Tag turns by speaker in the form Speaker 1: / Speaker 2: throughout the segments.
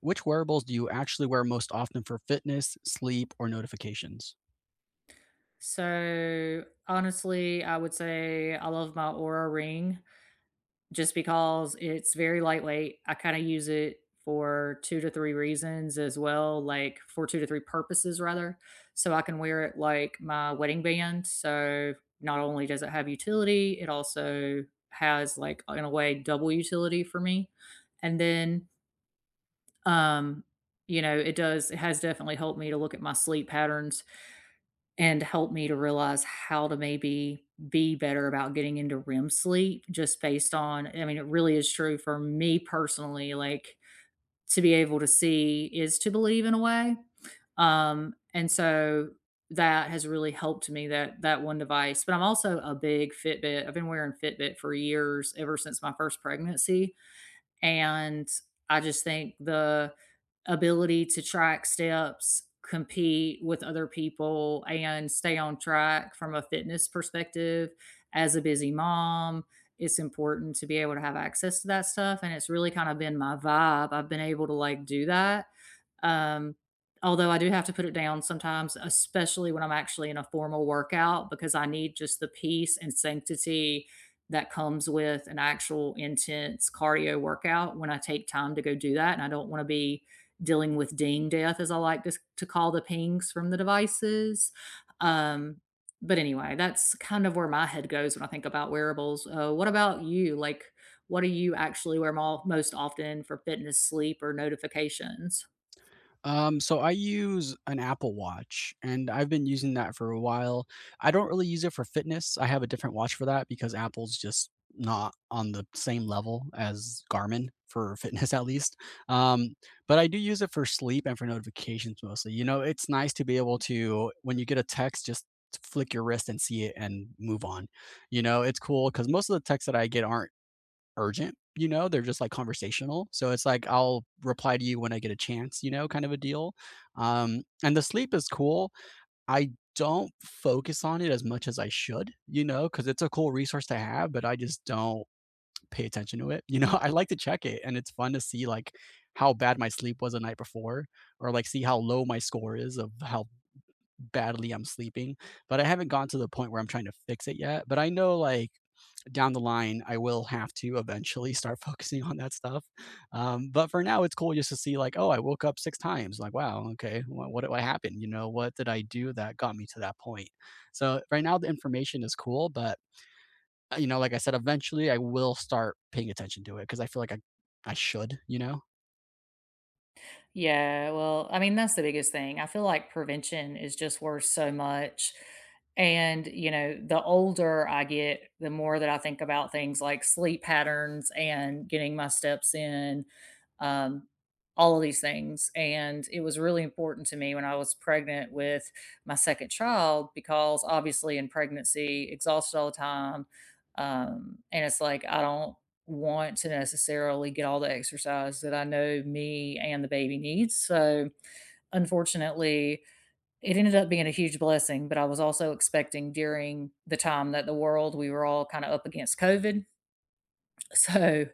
Speaker 1: Which wearables do you actually wear most often for fitness, sleep, or notifications?
Speaker 2: So, honestly, I would say I love my Aura Ring just because it's very lightweight. I kinda use it for 2 to 3 reasons as well, like, for 2 to 3 purposes, rather. So, I can wear it like my wedding band, so not only does it have utility, it also has, like, in a way, double utility for me. And then, um, you know, it does it has definitely helped me to look at my sleep patterns and helped me to realize how to maybe be better about getting into REM sleep just based on I mean, it really is true for me personally, like, to be able to see is to believe in a way, and so that has really helped me, that one device, but I'm also a big Fitbit I've been wearing Fitbit for years, ever since my first pregnancy, and I just think the ability to track steps, compete with other people, and stay on track from a fitness perspective as a busy mom, it's important to be able to have access to that stuff. And it's really kind of been my vibe. I've been able to like do that um, although I do have to put it down sometimes, especially when I'm actually in a formal workout, because I need just the peace and sanctity that comes with an actual intense cardio workout when I take time to go do that. And I don't want to be dealing with ding death, as I like to call the pings from the devices. Um, but anyway, that's kind of where my head goes when I think about wearables. What about you? Like, what do you actually wear most often for fitness, sleep, or notifications?
Speaker 1: So I use an Apple Watch and I've been using that for a while. I don't really use it for fitness. I have a different watch for that because Apple's just not on the same level as Garmin for fitness at least. Um, but I do use it for sleep and for notifications mostly. You know, it's nice to be able to when you get a text just flick your wrist and see it and move on. You know, it's cool cuz most of the texts that I get aren't urgent, you know? They're just like conversational. So it's like I'll reply to you when I get a chance, you know, kind of a deal. And the sleep is cool. I don't focus on it as much as I should, you know, because it's a cool resource to have, but I just don't pay attention to it. You know, I like to check it and it's fun to see like how bad my sleep was the night before or like see how low my score is of how badly I'm sleeping. But I haven't gone to the point where I'm trying to fix it yet. But I know like down the line, I will have to eventually start focusing on that stuff. But for now, it's cool just to see like, oh, I woke up six times. Like, wow, okay, what, what happened? You know, what did I do that got me to that point? So right now, the information is cool, but you know, like I said, eventually I will start paying attention to it because I feel like I should, you know.
Speaker 2: Yeah, well, I mean, that's the biggest thing. I feel like prevention is just worth so much. And, you know, the older I get, the more that I think about things like sleep patterns and getting my steps in, um, all of these things. And it was really important to me when I was pregnant with my second child because obviously in pregnancy, exhausted all the time. And it's like, I don't want to necessarily get all the exercise that I know me and the baby needs. So, unfortunately, it ended up being a huge blessing, but I was also expecting during the time that the world we were all kind of up against COVID so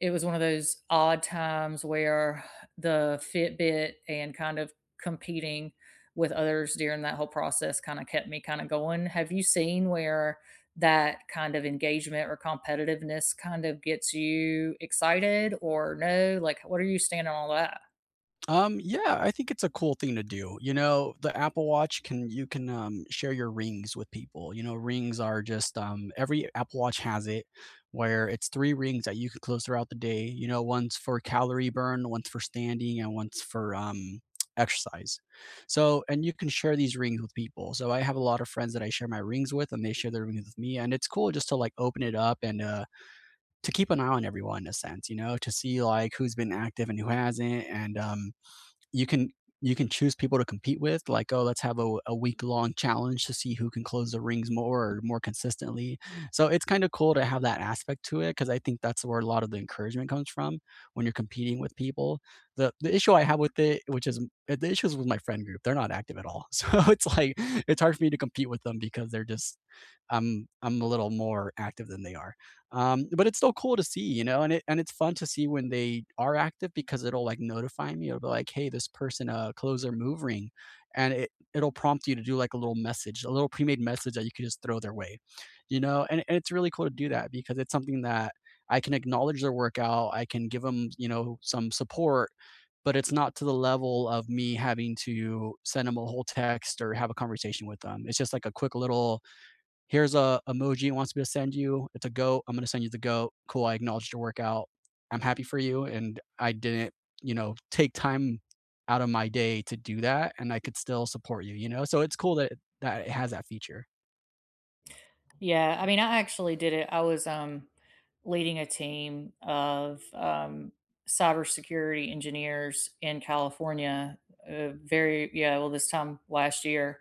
Speaker 2: it was one of those odd times where the Fitbit and kind of competing with others during that whole process kind of kept me kind of going. Have you seen where that kind of engagement or competitiveness kind of gets you excited or no? Like, what are you standing on all that?
Speaker 1: Yeah, I think it's a cool thing to do. You know, the Apple Watch can you can share your rings with people. You know, rings are just every Apple Watch has it where it's three rings that you can close throughout the day. You know, one's for calorie burn, one's for standing, and one's for exercise. So, and you can share these rings with people. So I have a lot of friends that I share my rings with and they share their rings with me. And it's cool just to like open it up and to keep an eye on everyone in a sense, you know, to see like who's been active and who hasn't. And you can you can choose people to compete with like oh let's have a week long challenge to see who can close the rings more or more consistently, so it's kind of cool to have that aspect to it because I think that's where a lot of the encouragement comes from when you're competing with people. The issue I have with it, which is the issues with my friend group, they're not active at all so it's like it's hard for me to compete with them because they're just I'm a little more active than they are. But it's still cool to see, you know, and it and it's fun to see when they are active because it'll like notify me. It'll be like, hey, this person closed their move ring. And it'll prompt you to do like a little message, a little pre-made message that you could just throw their way. You know, and it's really cool to do that because it's something that I can acknowledge their workout, I can give them, you know, some support, but it's not to the level of me having to send them a whole text or have a conversation with them. It's just like a quick little here's a emoji it wants me to send you. It's a goat. I'm gonna send you the goat. Cool. I acknowledged your workout. I'm happy for you. And I didn't, you know, take time out of my day to do that. And I could still support you, you know? So it's cool that that it has that feature.
Speaker 2: Yeah, I mean, I actually did it. I was leading a team of cybersecurity engineers in California. Very yeah, well, this time last year,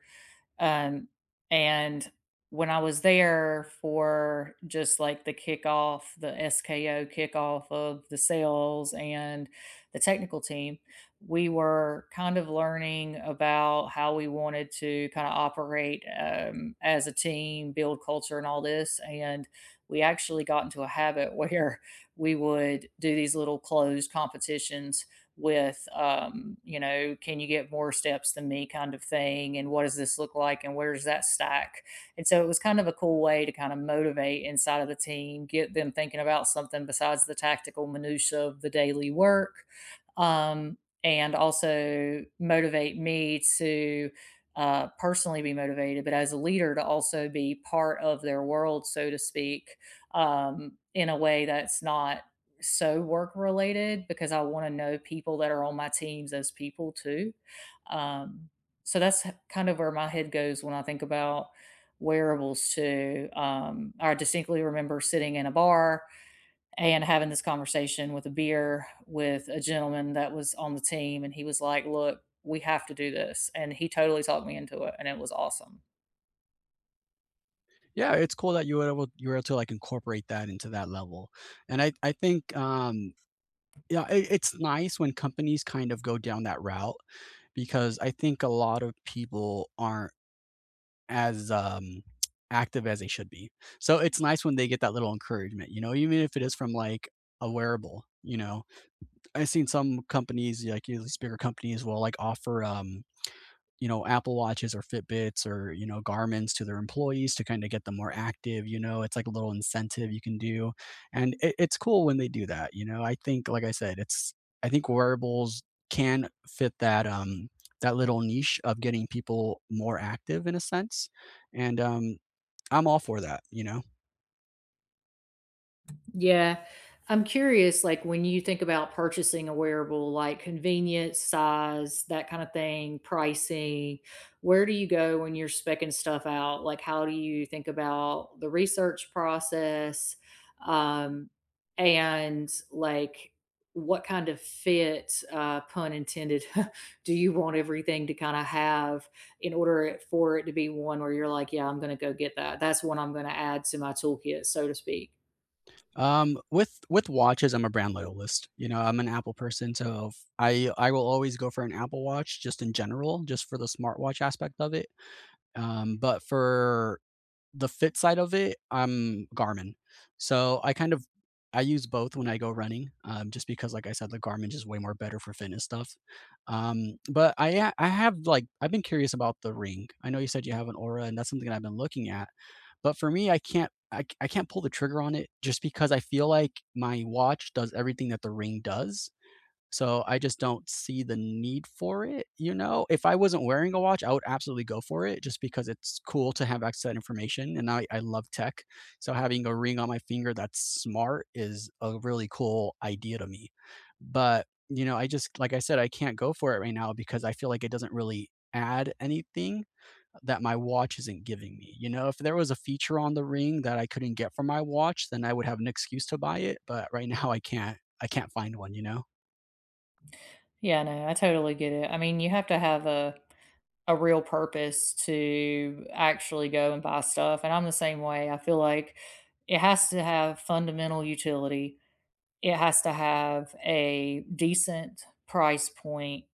Speaker 2: um, and when I was there for just like the kickoff, the SKO kickoff of the sales and the technical team, we were kind of learning about how we wanted to kind of operate as a team, build culture, and all this. And we actually got into a habit where we would do these little closed competitions with, can you get more steps than me kind of thing? And what does this look like? And where's that stack? And so it was kind of a cool way to kind of motivate inside of the team, get them thinking about something besides the tactical minutia of the daily work. Um, and also motivate me to personally be motivated, but as a leader to also be part of their world, so to speak, in a way that's not so work related because I want to know people that are on my teams as people too. Um, so that's kind of where my head goes when I think about wearables too. I distinctly remember sitting in a bar and having this conversation with a beer with a gentleman that was on the team, and he was like, "Look, we have to do this," and he totally talked me into it, and it was awesome.
Speaker 1: Yeah, it's cool that you were able to like incorporate that into that level. And I think yeah, it, it's nice when companies kind of go down that route because I think a lot of people aren't as, active as they should be. So it's nice when they get that little encouragement, you know, even if it is from, like, a wearable, you know? I've seen some companies, like, you know, these bigger companies will, like, offer, you know, Apple Watches or Fitbits or you know garments to their employees to kind of get them more active, you know, it's like a little incentive you can do. And it, it's cool when they do that, you know. I think like I said it's I think wearables can fit that that little niche of getting people more active in a sense. And I'm all for that, you know.
Speaker 2: Yeah. I'm curious, like when you think about purchasing a wearable, like convenience, size, that kind of thing, pricing, where do you go when you're speccing stuff out? Like, how do you think about the research process? Um, and like, what kind of fit, pun intended, do you want everything to kind of have in order for it to be one where you're like, yeah, I'm going to go get that. That's one I'm going to add to my toolkit, so to speak.
Speaker 1: With watches, I'm a brand loyalist, you know. I'm an Apple person, so if I will always go for an Apple Watch just in general, just for the smartwatch aspect of it. But for the fit side of it, I'm Garmin. So I kind of I use both when I go running, just because, like I said, the Garmin is way more better for fitness stuff. But I I have like I've been curious about the Ring. I know you said you have an Aura, and that's something that I've been looking at. But for me, I can't I, I can't pull the trigger on it just because I feel like my watch does everything that the Ring does, so I just don't see the need for it, you know? If I wasn't wearing a watch, I would absolutely go for it just because it's cool to have access to that information. And I love tech. So having a ring on my finger that's smart is a really cool idea to me. But, you know, I just, like I said, I can't go for it right now because I feel like it doesn't really add anything that my watch isn't giving me. You know, if there was a feature on the ring that I couldn't get from my watch, then I would have an excuse to buy it. But right now I can't find one, you know?
Speaker 2: Yeah, no, I totally get it. I mean, you have to have a real purpose to actually go and buy stuff, and I'm the same way. I feel like it has to have fundamental utility. It has to have a decent price point.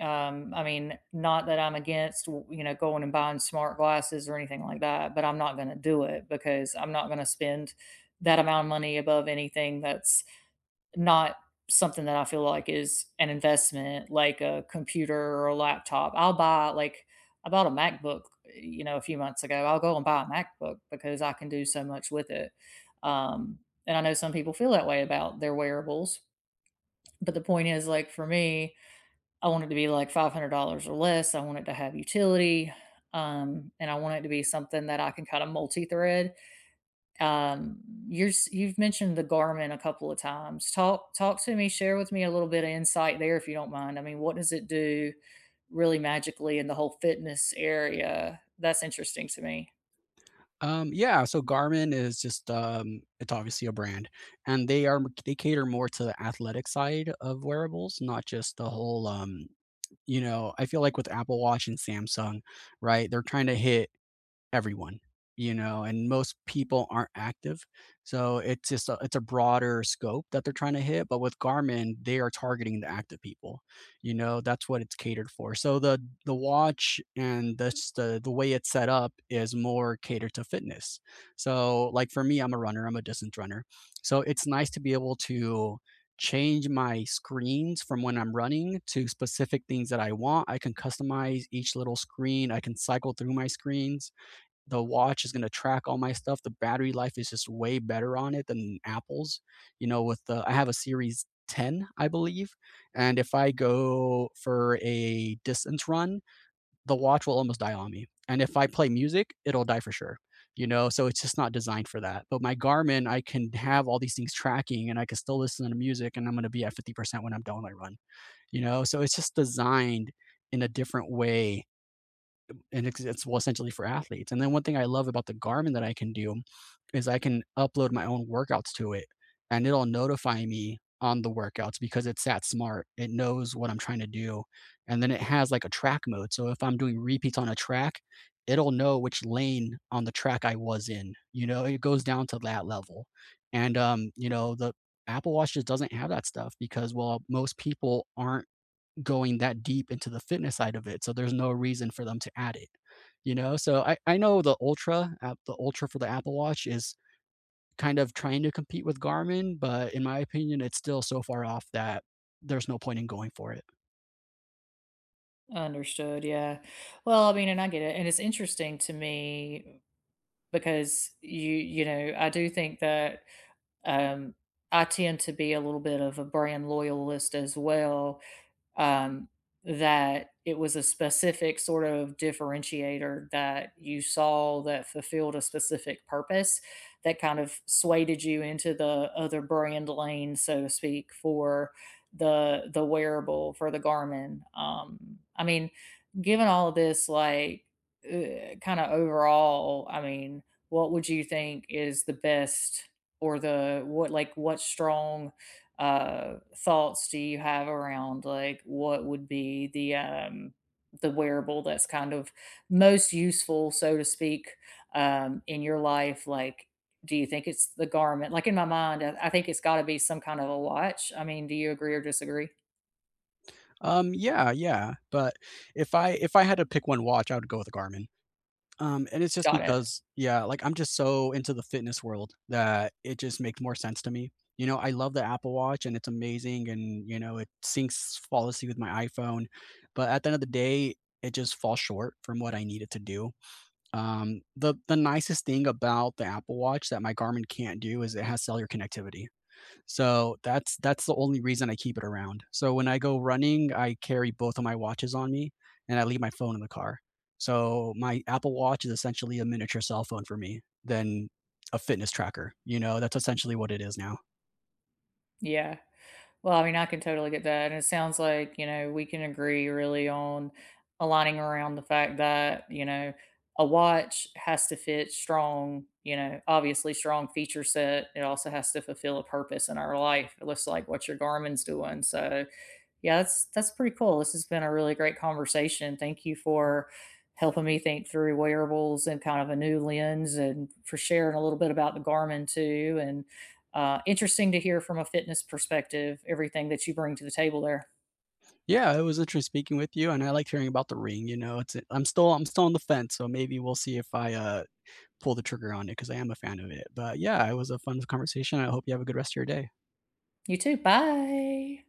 Speaker 2: I mean, not that I'm against, you know, going and buying smart glasses or anything like that, but I'm not going to do it because I'm not going to spend that amount of money above anything that's not something that I feel like is an investment, like a computer or a laptop. I'll buy like I bought a MacBook, you know, a few months ago. I'll go and buy a MacBook because I can do so much with it. Um, and I know some people feel that way about their wearables, but the point is, like for me, I want it to be like $500 or less. I want it to have utility, and I want it to be something that I can kind of multi-thread um, you're you've mentioned the Garmin a couple of times. Talk to me, share with me a little bit of insight there if you don't mind. I mean, what does it do really magically in the whole fitness area? That's interesting to me.
Speaker 1: Yeah, so Garmin is just, it's obviously a brand, and they are they cater more to the athletic side of wearables, not just the whole, you know, I feel like with Apple Watch and Samsung, right, they're trying to hit everyone, you know, and most people aren't active. So it's just a, it's a broader scope that they're trying to hit. But with Garmin, they are targeting the active people. You know, that's what it's catered for. So the watch, and that's the way it's set up, is more catered to fitness. So like for me, I'm a runner. I'm a distance runner. So it's nice to be able to change my screens from when I'm running to specific things that I want. I can customize each little screen. I can cycle through my screens. The watch is going to track all my stuff. The battery life is just way better on it than Apple's. You know, with the I have a Series 10, I believe, and if I go for a distance run, the watch will almost die on me. And if I play music, it'll die for sure. You know, so it's just not designed for that. But my Garmin, I can have all these things tracking and I can still listen to music and I'm going to be at 50% when I'm done with my run. You know, so it's just designed in a different way, and it's well essentially for athletes. And then one thing I love about the Garmin that I can do is I can upload my own workouts to it, and it'll notify me on the workouts because it's that smart. It knows what I'm trying to do. And then it has like a track mode. So if I'm doing repeats on a track, it'll know which lane on the track I was in. You know, it goes down to that level. And you know, the Apple Watch just doesn't have that stuff because well, most people aren't going that deep into the fitness side of it. So there's no reason for them to add it, you know? So I know the Ultra app, the Ultra for the Apple Watch is kind of trying to compete with Garmin, but in my opinion, it's still so far off that there's no point in going for it.
Speaker 2: Understood. Yeah. Well, I mean, and I get it. And it's interesting to me because you know, I do think that um I tend to be a little bit of a brand loyalist as well. um, that it was a specific sort of differentiator that you saw that fulfilled a specific purpose that kind of swayed you into the other brand lane, so to speak, for the wearable for the Garmin. I mean, given all of this, like kind of overall, I mean, what would you think is the best or the what like what strong thoughts do you have around like what would be the wearable that's kind of most useful, so to speak, in your life? Like, do you think it's the garment? Like in my mind, I think it's got to be some kind of a watch. I mean, do you agree or disagree?
Speaker 1: Yeah, yeah. But if I had to pick one watch, I would go with a Garmin. And it's just
Speaker 2: Got it.
Speaker 1: because yeah, like, I'm just so into the fitness world that it just makes more sense to me. You know, I love the Apple Watch and it's amazing and, you know, it syncs flawlessly with my iPhone, but at the end of the day, it just falls short from what I need it to do. The nicest thing about the Apple Watch that my Garmin can't do is it has cellular connectivity. So that's the only reason I keep it around. So when I go running, I carry both of my watches on me and I leave my phone in the car. So my Apple Watch is essentially a miniature cell phone for me than a fitness tracker. You know, that's essentially what it is now.
Speaker 2: Yeah. Well, I mean, I can totally get that, and it sounds like, you know, we can agree really on aligning around the fact that, you know, a watch has to fit strong, you know, obviously strong feature set. It also has to fulfill a purpose in our life. It looks like what your Garmin's doing. So, yeah, that's pretty cool. This has been a really great conversation. Thank you for helping me think through wearables and kind of a new lens and for sharing a little bit about the Garmin too and interesting to hear from a fitness perspective everything that you bring to the table there.
Speaker 1: Yeah, it was interesting speaking with you and I like hearing about the ring, you know. It's I'm still on the fence, so maybe we'll see if I pull the trigger on it because I am a fan of it. But yeah, it was a fun conversation. I hope you have a good rest of your day.
Speaker 2: You too. Bye.